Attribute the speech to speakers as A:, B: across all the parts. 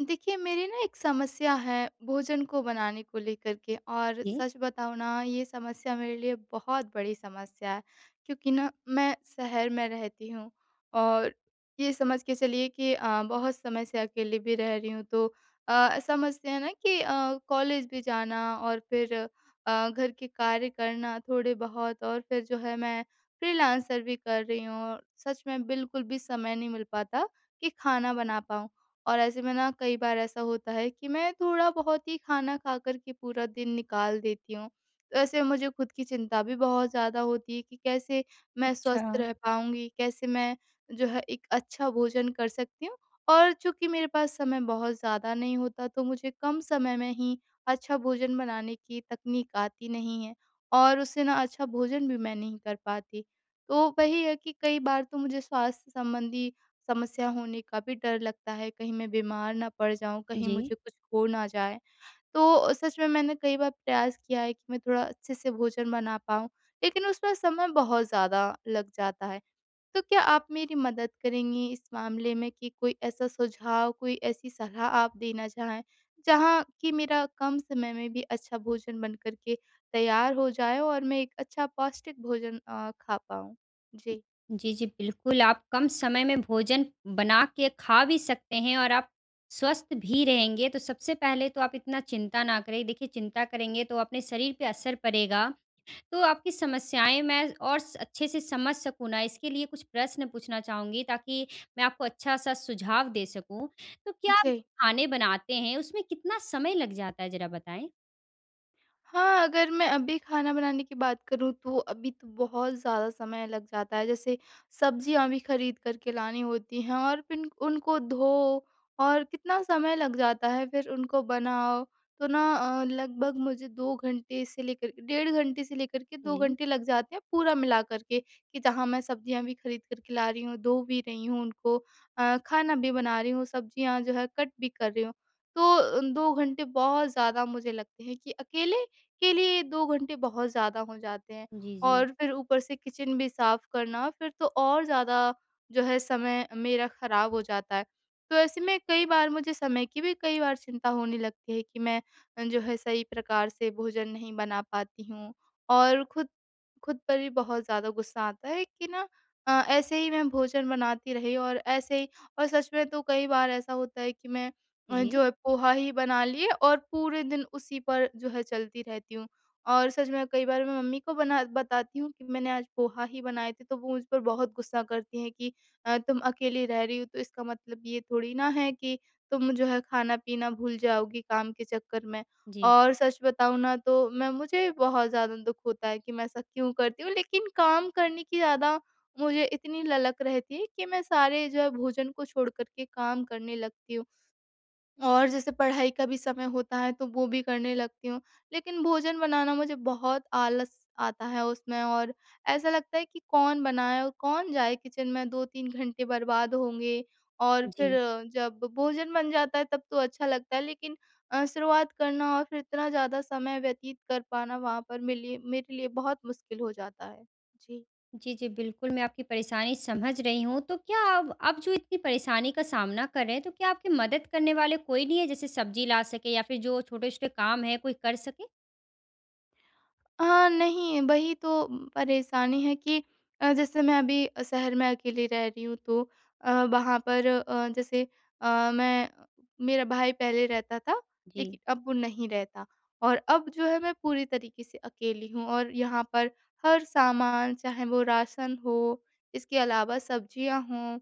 A: देखिए, मेरी ना एक समस्या है भोजन को बनाने को लेकर के और
B: जी,
A: सच बताऊँ ना, ये समस्या मेरे लिए बहुत बड़ी समस्या है। क्योंकि ना मैं शहर में रहती हूँ और ये समझ के चलिए कि बहुत समय से अकेले भी रह रही हूँ, तो समझते हैं ना कि कॉलेज भी जाना और फिर घर के कार्य करना थोड़े बहुत और फिर जो है मैं फ्रीलांसर भी कर रही हूँ और सच में बिल्कुल भी समय नहीं मिल पाता कि खाना बना पाऊँ। और ऐसे में ना कई बार ऐसा होता है कि मैं थोड़ा बहुत ही खाना खा कर के पूरा दिन निकाल देती हूँ। तो ऐसे में मुझे खुद की चिंता भी बहुत ज़्यादा होती है कि कैसे मैं
B: अच्छा।
A: स्वस्थ रह पाऊँगी? कैसे मैं जो है एक अच्छा भोजन कर सकती हूँ? और चूँकि मेरे पास समय बहुत ज़्यादा नहीं होता, तो मुझे कम समय में ही अच्छा भोजन बनाने की तकनीक आती नहीं है और उससे ना अच्छा भोजन भी मैं नहीं कर पाती। तो वही है कि कई बार तो मुझे स्वास्थ्य संबंधी समस्या होने का भी डर लगता है, कहीं मैं बीमार ना पड़ जाऊँ, कहीं
B: जी।
A: मुझे कुछ हो ना जाए। तो सच में मैंने कई बार प्रयास किया है कि मैं थोड़ा अच्छे से भोजन बना पाऊँ, लेकिन उसमें समय बहुत ज़्यादा लग जाता है। तो क्या आप मेरी मदद करेंगी इस मामले में कि कोई ऐसा सुझाव, कोई ऐसी सलाह आप देना चाहें, जहाँ कि मेरा कम समय में भी अच्छा भोजन बन कर के तैयार हो जाए और मैं एक अच्छा पौष्टिक भोजन खा पाऊँ? जी।
B: जी, जी, बिल्कुल, आप कम समय में भोजन बना के खा भी सकते हैं और आप स्वस्थ भी रहेंगे, तो सबसे पहले तो आप इतना चिंता ना करें। देखिए, चिंता करेंगे तो अपने शरीर पे असर पड़ेगा, तो आपकी समस्याएँ मैं और स अच्छे से समझ सकूँ ना, इसके लिए कुछ प्रश्न पूछना चाहूँगी ताकि मैं आपको अच्छा-सा सुझाव दे सकूँ। तो क्या आप
A: जी।
B: खाने बनाते हैं, उसमें कितना समय लग जाता है, ज़रा बताएँ?
A: हाँ, अगर मैं अभी खाना बनाने की बात करूँ तो अभी तो बहुत ज़्यादा समय लग जाता है। जैसे सब्जियाँ भी खरीद कर के लानी होती हैं और फिर उनको धो और कितना समय लग जाता है फिर उनको बनाओ। तो ना लगभग मुझे 2 घंटे से लेकर के 1.5 घंटे से लेकर के 2
B: जी।
A: घंटे लग जाते हैं पूरा मिला कर के, कि जहाँ मैं सब्जियाँ भी खरीद कर के ला रही हूँ, धो भी रही हूँ उनको, खाना भी बना रही हूँ, सब्जियाँ जो है कट भी कर रही हूँ। तो 2 घंटे बहुत ज़्यादा मुझे लगते हैं कि अकेले के लिए 2 घंटे बहुत ज़्यादा हो जाते हैं
B: जी, जी।
A: और फिर ऊपर से किचन भी साफ़ करना, फिर तो और ज़्यादा जो है समय मेरा ख़राब हो जाता है। तो ऐसे में कई बार मुझे समय की भी कई बार चिंता होने लगती है कि मैं जो है सही प्रकार से भोजन नहीं बना पाती हूँ और खुद खुद पर भी बहुत ज़्यादा गुस्सा आता है कि ना ऐसे ही मैं भोजन बनाती रही और ऐसे ही, और सच में तो कई बार ऐसा होता है कि मैं
B: जी,
A: जो है पोहा ही बना लिए और पूरे दिन उसी पर जो है चलती रहती हूँ। और सच में कई बार मैं मम्मी को बना बताती हूँ कि मैंने आज पोहा ही बनाए थे, तो वो मुझ पर बहुत गुस्सा करती हैं कि तुम अकेली रह रही हो तो इसका मतलब ये थोड़ी ना है कि तुम जो है खाना-पीना भूल जाओगी काम के चक्कर में।
B: जी,
A: और सच बताऊँ ना, तो मैं मुझे बहुत ज़्यादा दुःख होता है कि मैं ऐसा क्यों करती हूँ, लेकिन काम करने की ज़्यादा मुझे इतनी ललक रहती है कि मैं सारे जो है भोजन को छोड़ कर के काम करने लगती हूँ। और जैसे पढ़ाई का भी समय होता है, तो वो भी करने लगती हूँ। लेकिन भोजन बनाना मुझे बहुत आलस आता है उसमें और ऐसा लगता है कि कौन बनाए और कौन जाए किचन में 2-3 घंटे बर्बाद होंगे और फिर
B: जी।
A: जब भोजन बन जाता है तब तो अच्छा लगता है, लेकिन शुरुआत करना और फिर इतना ज़्यादा समय व्यतीत कर पाना वहाँ पर मेरे लिए बहुत मुश्किल हो जाता है। जी।
B: जी, जी, बिल्कुल, मैं आपकी परेशानी समझ रही हूँ। तो क्या अब आप जो इतनी परेशानी का सामना कर रहे हैं, तो क्या आपकी मदद करने वाले कोई नहीं है, जैसे सब्ज़ी ला सके या फिर जो छोटे-छोटे काम हैं, कोई कर सके?
A: हाँ, नहीं, वही तो परेशानी है कि जैसे मैं अभी शहर में अकेली रह रही हूँ, तो वहाँ पर जैसे अ, मैं मेरा भाई पहले रहता था,
B: जी,
A: लेकिन अब वो नहीं रहता और अब जो है मैं पूरी तरीके से अकेली हूँ और यहाँ पर हर सामान, चाहे वो राशन हो, इसके अलावा सब्जियाँ हों,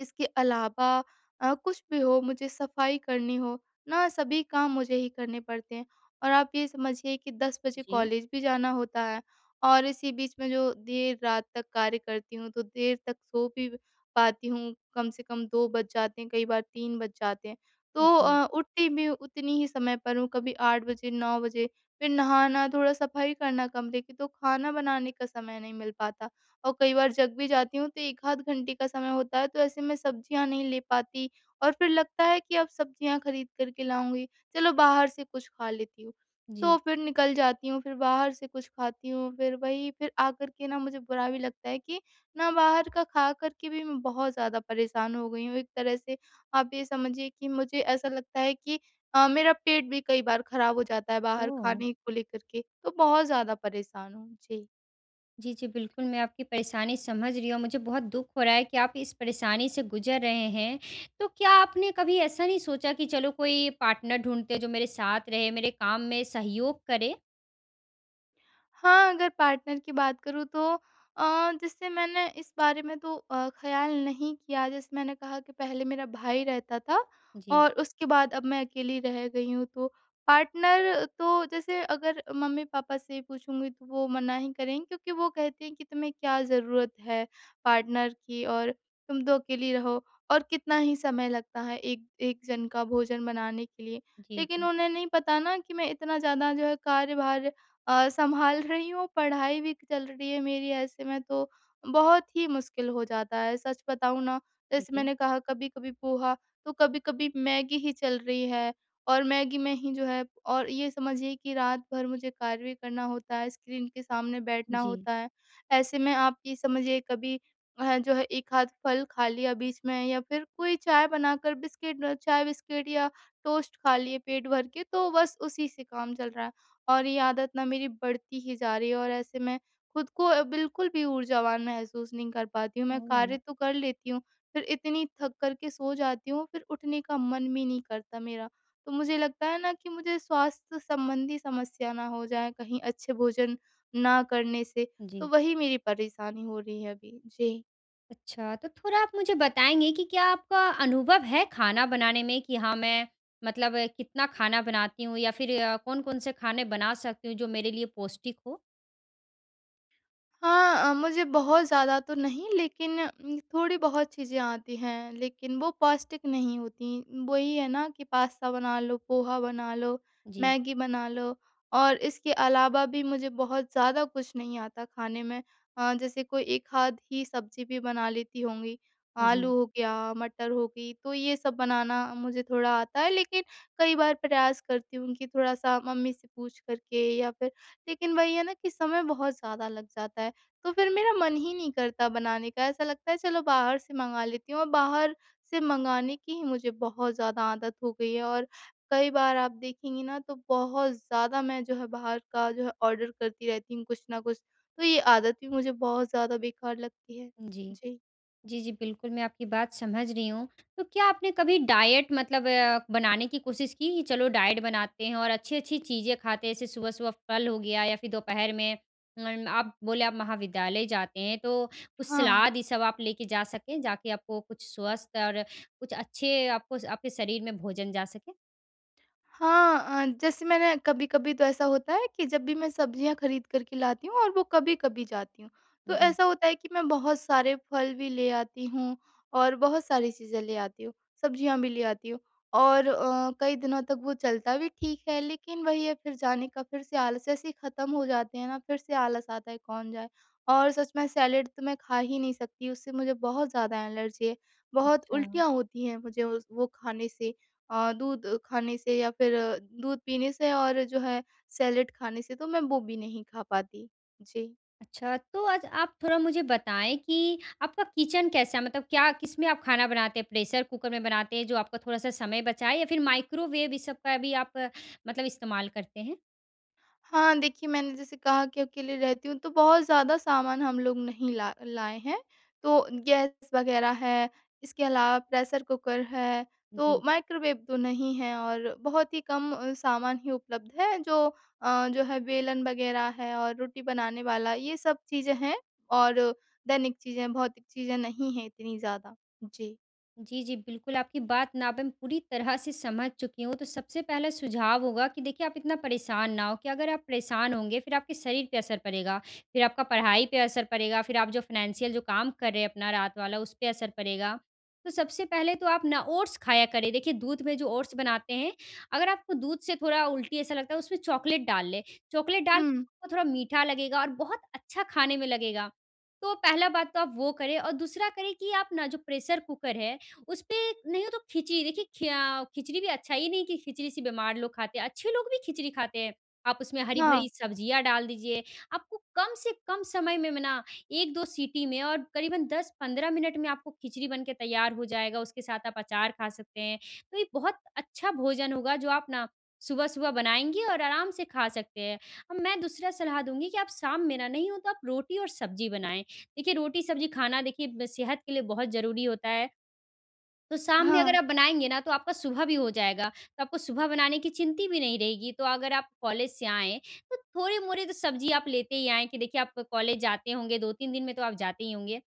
A: इसके अलावा कुछ भी हो, मुझे सफाई करनी हो ना, सभी काम मुझे ही करने पड़ते हैं और आप ये समझिए कि 10 बजे
B: जी,
A: कॉलेज भी जाना होता है और इसी बीच में जो देर रात तक कार्य करती हूँ, तो देर तक सो भी पाती हूँ, कम से कम 2 बज जाते हैं, कई बार 3 बज जाते हैं, तो
B: जी,
A: उठती भी उतनी ही समय पर हूँ, कभी 8 बजे 9 बजे, फिर नहाना, थोड़ा सफाई करना कमरे की, तो खाना बनाने का समय नहीं मिल पाता और कई बार जग भी जाती हूँ तो 1 आध घंटे का समय होता है, तो ऐसे में सब्जियाँ नहीं ले पाती और फिर लगता है कि अब सब्जियाँ खरीद कर के लाऊँगी, चलो बाहर से कुछ खा लेती हूँ। तो
B: जी।
A: फिर निकल जाती हूँ, फिर बाहर से कुछ खाती हूँ, फिर वही, फिर आकर के ना मुझे बुरा भी लगता है कि ना बाहर का खा कर के भी मैं बहुत ज़्यादा परेशान हो गई हूँ। एक तरह से आप ये समझिए कि मुझे ऐसा लगता है कि मेरा पेट भी कई बार खराब हो जाता है बाहर
B: ओह!
A: खाने को लेकर के, तो बहुत ज़्यादा परेशान हूँ। जी।
B: जी, जी, बिल्कुल, मैं आपकी परेशानी समझ रही हूँ। मुझे बहुत दुःख हो रहा है कि आप इस परेशानी से गुज़र रहे हैं। तो क्या आपने कभी ऐसा नहीं सोचा कि चलो कोई पार्टनर ढूँढते हैं, जो मेरे साथ रहे, मेरे काम में सहयोग करे?
A: हाँ, अगर पार्टनर की बात करूँ तो जैसे मैंने इस बारे में तो ख़्याल नहीं किया, जैसे मैंने कहा कि पहले मेरा भाई रहता था
B: जी,
A: और उसके बाद अब मैं अकेली रह गई हूँ, तो पार्टनर तो जैसे अगर मम्मी-पापा से पूछूँगी तो वो मना ही करेंगे, क्योंकि वो कहते हैं कि तुम्हें क्या ज़रूरत है पार्टनर की और तुम तो अकेली रहो और कितना ही समय लगता है एक एक जन का भोजन बनाने के लिए।
B: जी,
A: लेकिन
B: जी,
A: उन्हें नहीं पता ना कि मैं इतना ज़्यादा जो है कार्यभार सँभाल रही हूँ, पढ़ाई भी चल रही है मेरी, ऐसे में तो बहुत ही मुश्किल हो जाता है। सच बताऊँ ना, जैसे
B: जी,
A: मैंने कहा कभी-कभी पोहा, तो कभी-कभी मैगी ही चल रही है और मैगी में ही जो है, और ये समझिए कि रात भर मुझे कार्य भी करना होता है, स्क्रीन के सामने बैठना
B: जी।
A: होता है। ऐसे में आप ये समझिए, कभी जो है एक आध फल खा लिया बीच में या फिर कोई चाय बनाकर बिस्किट, चाय-बिस्किट या टोस्ट खा लिए पेट भर के, तो बस उसी से काम चल रहा है। और ये आदत ना मेरी बढ़ती ही जा रही है और ऐसे मैं खुद को बिल्कुल भी ऊर्जावान महसूस नहीं कर पाती हूँ। मैं
B: ओह!
A: कार्य तो कर लेती हूँ, फिर इतनी थक कर के सो जाती हूँ, फिर उठने का मन भी नहीं करता मेरा। तो मुझे लगता है ना कि मुझे स्वास्थ्य संबंधी समस्या ना हो जाए कहीं अच्छे भोजन ना करने से, तो
B: जी।
A: वही मेरी परेशानी हो रही है अभी। जी।
B: अच्छा, तो थोड़ा आप मुझे बताएँगे कि क्या आपका अनुभव है खाना बनाने में कि हाँ, मैं मतलब कितना खाना बनाती हूँ या फिर कौन-कौन से खाने बना सकती हूँ जो मेरे लिए पौष्टिक हो?
A: हाँ मुझे बहुत ज़्यादा तो नहीं, लेकिन थोड़ी बहुत चीज़ें आती हैं, लेकिन वो पौष्टिक नहीं होती। वही है ना कि पास्ता बना लो, पोहा बना लो,
B: जी,
A: मैगी बना लो, और इसके अलावा भी मुझे बहुत ज़्यादा कुछ नहीं आता खाने में। जैसे कोई एक आध ही सब्ज़ी भी बना लेती होंगी, आलू
B: जी,
A: हो गया, मटर हो गई, तो ये सब बनाना मुझे थोड़ा आता है, लेकिन कई बार प्रयास करती हूँ कि थोड़ा-सा मम्मी से पूछ कर के या फिर, लेकिन वही है ना कि समय बहुत ज़्यादा लग जाता है। तो फिर मेरा मन ही नहीं करता बनाने का, ऐसा लगता है चलो बाहर से मँगा लेती हूँ, और बाहर से मँगाने की ही मुझे बहुत ज़्यादा आदत हो गई है और कई बार आप देखेंगी ना, तो बहुत ज़्यादा मैं जो है बाहर का जो है ऑर्डर करती रहती हूँ कुछ ना कुछ, तो ये आदत भी मुझे बहुत ज़्यादा बेकार लगती है।
B: जी।
A: जी।
B: जी, जी, बिल्कुल, मैं आपकी बात समझ रही हूँ। तो क्या आपने कभी डाइट मतलब बनाने की कोशिश की कि चलो डाइट बनाते हैं और अच्छी-अच्छी चीज़ें खाते हैं, जैसे सुबह-सुबह फल हो गया या फिर दोपहर में आप बोले आप महाविद्यालय जाते हैं, तो कुछ
A: हाँ।
B: सलाद ये सब आप लेके जा सकें, जाके आपको कुछ स्वस्थ और कुछ अच्छे आपको आपके शरीर में भोजन जा सके?
A: हाँ जैसे मैंने कभी-कभी तो ऐसा होता है कि जब भी मैं सब्जियाँ खरीद कर के लाती हूँ और वो कभी-कभी जाती हूँ, तो
B: जी,
A: ऐसा होता है कि मैं बहुत सारे फल भी ले आती हूँ और बहुत सारी चीज़ें ले आती हूँ, सब्जियाँ भी ले आती हूँ और कई दिनों तक वो चलता भी ठीक है, लेकिन वही है, फिर जाने का फिर से आलस जैसे ही ख़त्म हो जाते हैं ना, फिर से आलस आता है, कौन जाए। और सच में सैलेड तो मैं खा ही नहीं सकती, उससे मुझे बहुत ज़्यादा एलर्जी है, बहुत
B: अच्छा।
A: उल्टियाँ होती हैं मुझे उस वो खाने से। दूध खाने से या फिर दूध पीने से और जो है सैलेड खाने से, तो मैं वो भी नहीं खा पाती। जी।
B: अच्छा, तो आज आप थोड़ा मुझे बताएँ कि आपका किचन कैसा है? मतलब क्या किसमें आप खाना बनाते हैं? प्रेशर कुकर में बनाते हैं, जो आपका थोड़ा-सा समय बचाए या फिर माइक्रोवेव इस सब का भी आप मतलब इस्तेमाल करते हैं?
A: हाँ, देखिए मैंने जैसे कहा कि अकेले रहती हूँ, तो बहुत ज़्यादा सामान हम लोग नहीं ला लाए हैं। तो गैस वग़ैरह है, इसके अलावा प्रेशर कुकर है, तो
B: जी।
A: माइक्रोवेव तो नहीं है और बहुत ही कम सामान ही उपलब्ध है, जो है बेलन वग़ैरह है और रोटी बनाने वाला, ये सब चीज़ें हैं और दैनिक चीज़ें, भौतिक चीज़ें नहीं हैं इतनी ज़्यादा। जी।
B: जी, जी, बिल्कुल, आपकी बात ना अब मैं पूरी तरह से समझ चुकी हूँ। तो सबसे पहला सुझाव होगा कि देखिए आप इतना परेशान ना हो कि अगर आप परेशान होंगे फिर आपके शरीर पे असर पड़ेगा, फिर आपका पढ़ाई पे असर पड़ेगा, फिर आप जो फाइनेंशियल जो काम कर रहे हैं अपना रात वाला उस पे असर पड़ेगा। तो सबसे पहले तो आप ना ओट्स खाया करें, देखिए दूध में जो ओट्स बनाते हैं, अगर आपको दूध से थोड़ा उल्टी ऐसा लगता है उसमें चॉकलेट डाल लें, चॉकलेट डाल
A: हुँ।
B: आपको थोड़ा मीठा लगेगा और बहुत अच्छा खाने में लगेगा। तो पहला बात तो आप वो करें और दूसरा करें कि आप ना जो प्रेशर कुकर है उसपे नहीं हो तो खिचड़ी देखिए खिया खिचड़ी भी अच्छा ही नहीं कि खिचड़ी से बीमार लोग खाते हैं, अच्छे लोग भी खिचड़ी खाते हैं। आप उसमें
A: हाँ।
B: हरी-भरी सब्जियाँ डाल दीजिए, आपको कम से कम समय में ना 1-2 सीटी में और करीबन 10-15 मिनट में आपको खिचड़ी बन के तैयार हो जाएगा, उसके साथ आप अचार खा सकते हैं। तो ये बहुत अच्छा भोजन होगा जो आप ना सुबह-सुबह बनाएँगे और आराम से खा सकते हैं। अब मैं दूसरा सलाह दूँगी कि आप शाम में ना नहीं हो तो आप रोटी और सब्ज़ी बनाएँ। देखिए रोटी-सब्ज़ी खाना देखिए ब सेहत के लिए बहुत ज़रूरी होता है। तो
A: हाँ,
B: शाम में अगर
A: हाँ।
B: आप बनाएँगे ना, तो आपका सुबह भी हो जाएगा, तो आपको सुबह बनाने की चिंता भी नहीं रहेगी। तो अगर आप कॉलेज से आएँ, तो थोड़े-मोड़े तो सब्ज़ी आप लेते ही आएँ कि देखिए आप कॉलेज जाते होंगे, 2-3 दिन में तो आप जाते ही होंगे।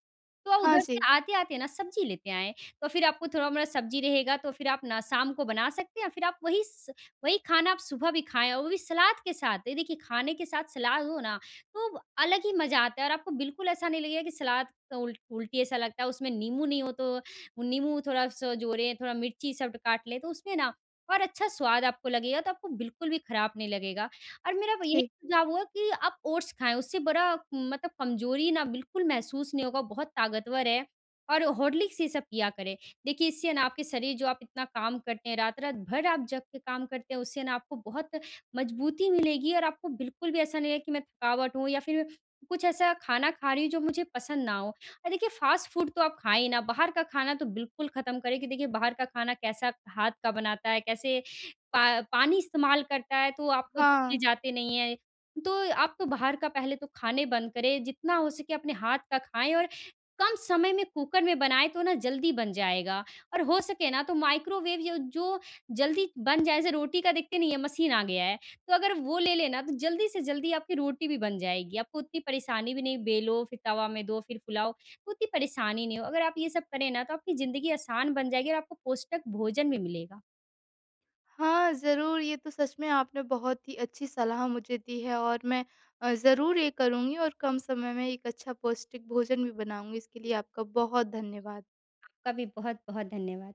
B: तो
A: हाँ
B: उधर से
A: जी,
B: आते-आते ना सब्ज़ी लेते आएँ, तो फिर आपको थोड़ा-मोड़ा सब्ज़ी रहेगा, तो फिर आप ना शाम को बना सकते हैं, फिर आप वही स वही खाना आप सुबह भी खाएँ और वो भी सलाद के साथ। ये देखिए खाने के साथ सलाद हो ना, तो अलग ही मज़ा आता है और आपको बिल्कुल ऐसा नहीं लगेगा कि सलाद तो उल उल्टी ऐसा लगता है, उसमें नींबू नहीं हो तो नींबू थोड़ा सा जोड़ें, थोड़ा मिर्ची सब काट लें, तो उसमें ना और अच्छा स्वाद आपको लगेगा, तो आपको बिल्कुल भी खराब नहीं लगेगा। और मेरा यही
A: जी।
B: सुझाव होगा कि आप ओट्स खाएँ, उससे बड़ा मतलब कमज़ोरी ना बिल्कुल महसूस नहीं होगा, बहुत ताकतवर है। और हॉर्लिक्स ये सब पिया करें। देखिए, इससे ना आपके शरीर जो आप इतना काम करते हैं, रात-रात भर आप जग के काम करते हैं, उससे ना आपको बहुत मज़बूती मिलेगी और आपको बिल्कुल भी ऐसा नहीं है कि मैं थकावट हूँ या फिर कुछ ऐसा खाना खा रही हूँ जो मुझे पसंद ना हो। देखिए फ़ास्ट फूड तो आप खाएँ ही ना, बाहर का खाना तो बिल्कुल ख़त्म करें कि देखिए बाहर का खाना कैसा हाथ का बनाता है, कैसे पा पानी इस्तेमाल करता है, तो आप तो धोने
A: हाँ,
B: जाते नहीं हैं। तो आप तो बाहर का पहले तो खाने बंद करें, जितना हो सके अपने हाथ का खाएँ और कम समय में कुकर में बनाएँ तो ना जल्दी बन जाएगा और हो सके ना तो माइक्रोवेव य जो जल्दी बन जाए, जैसे रोटी का देखते नहीं है मशीन आ गया है, तो अगर वो ले लेना तो जल्दी से जल्दी आपकी रोटी भी बन जाएगी, आपको उतनी परेशानी भी नहीं बेलो, फिर तवा में दो, फिर फुलाओ। उतनी परेशानी नहीं हो। अगर आप ये सब करें ना तो आपकी ज़िंदगी आसान बन जाएगी और आपको पौष्टिक भोजन भी मिलेगा।
A: हाँ, ज़रूर, ये तो सच में आपने बहुत ही अच्छी सलाह मुझे दी है और मैं ज़रूर ये करूँगी और कम समय में एक अच्छा पौष्टिक भोजन भी बनाऊँगी। इसके लिए आपका बहुत धन्यवाद।
B: आपका भी बहुत-बहुत धन्यवाद।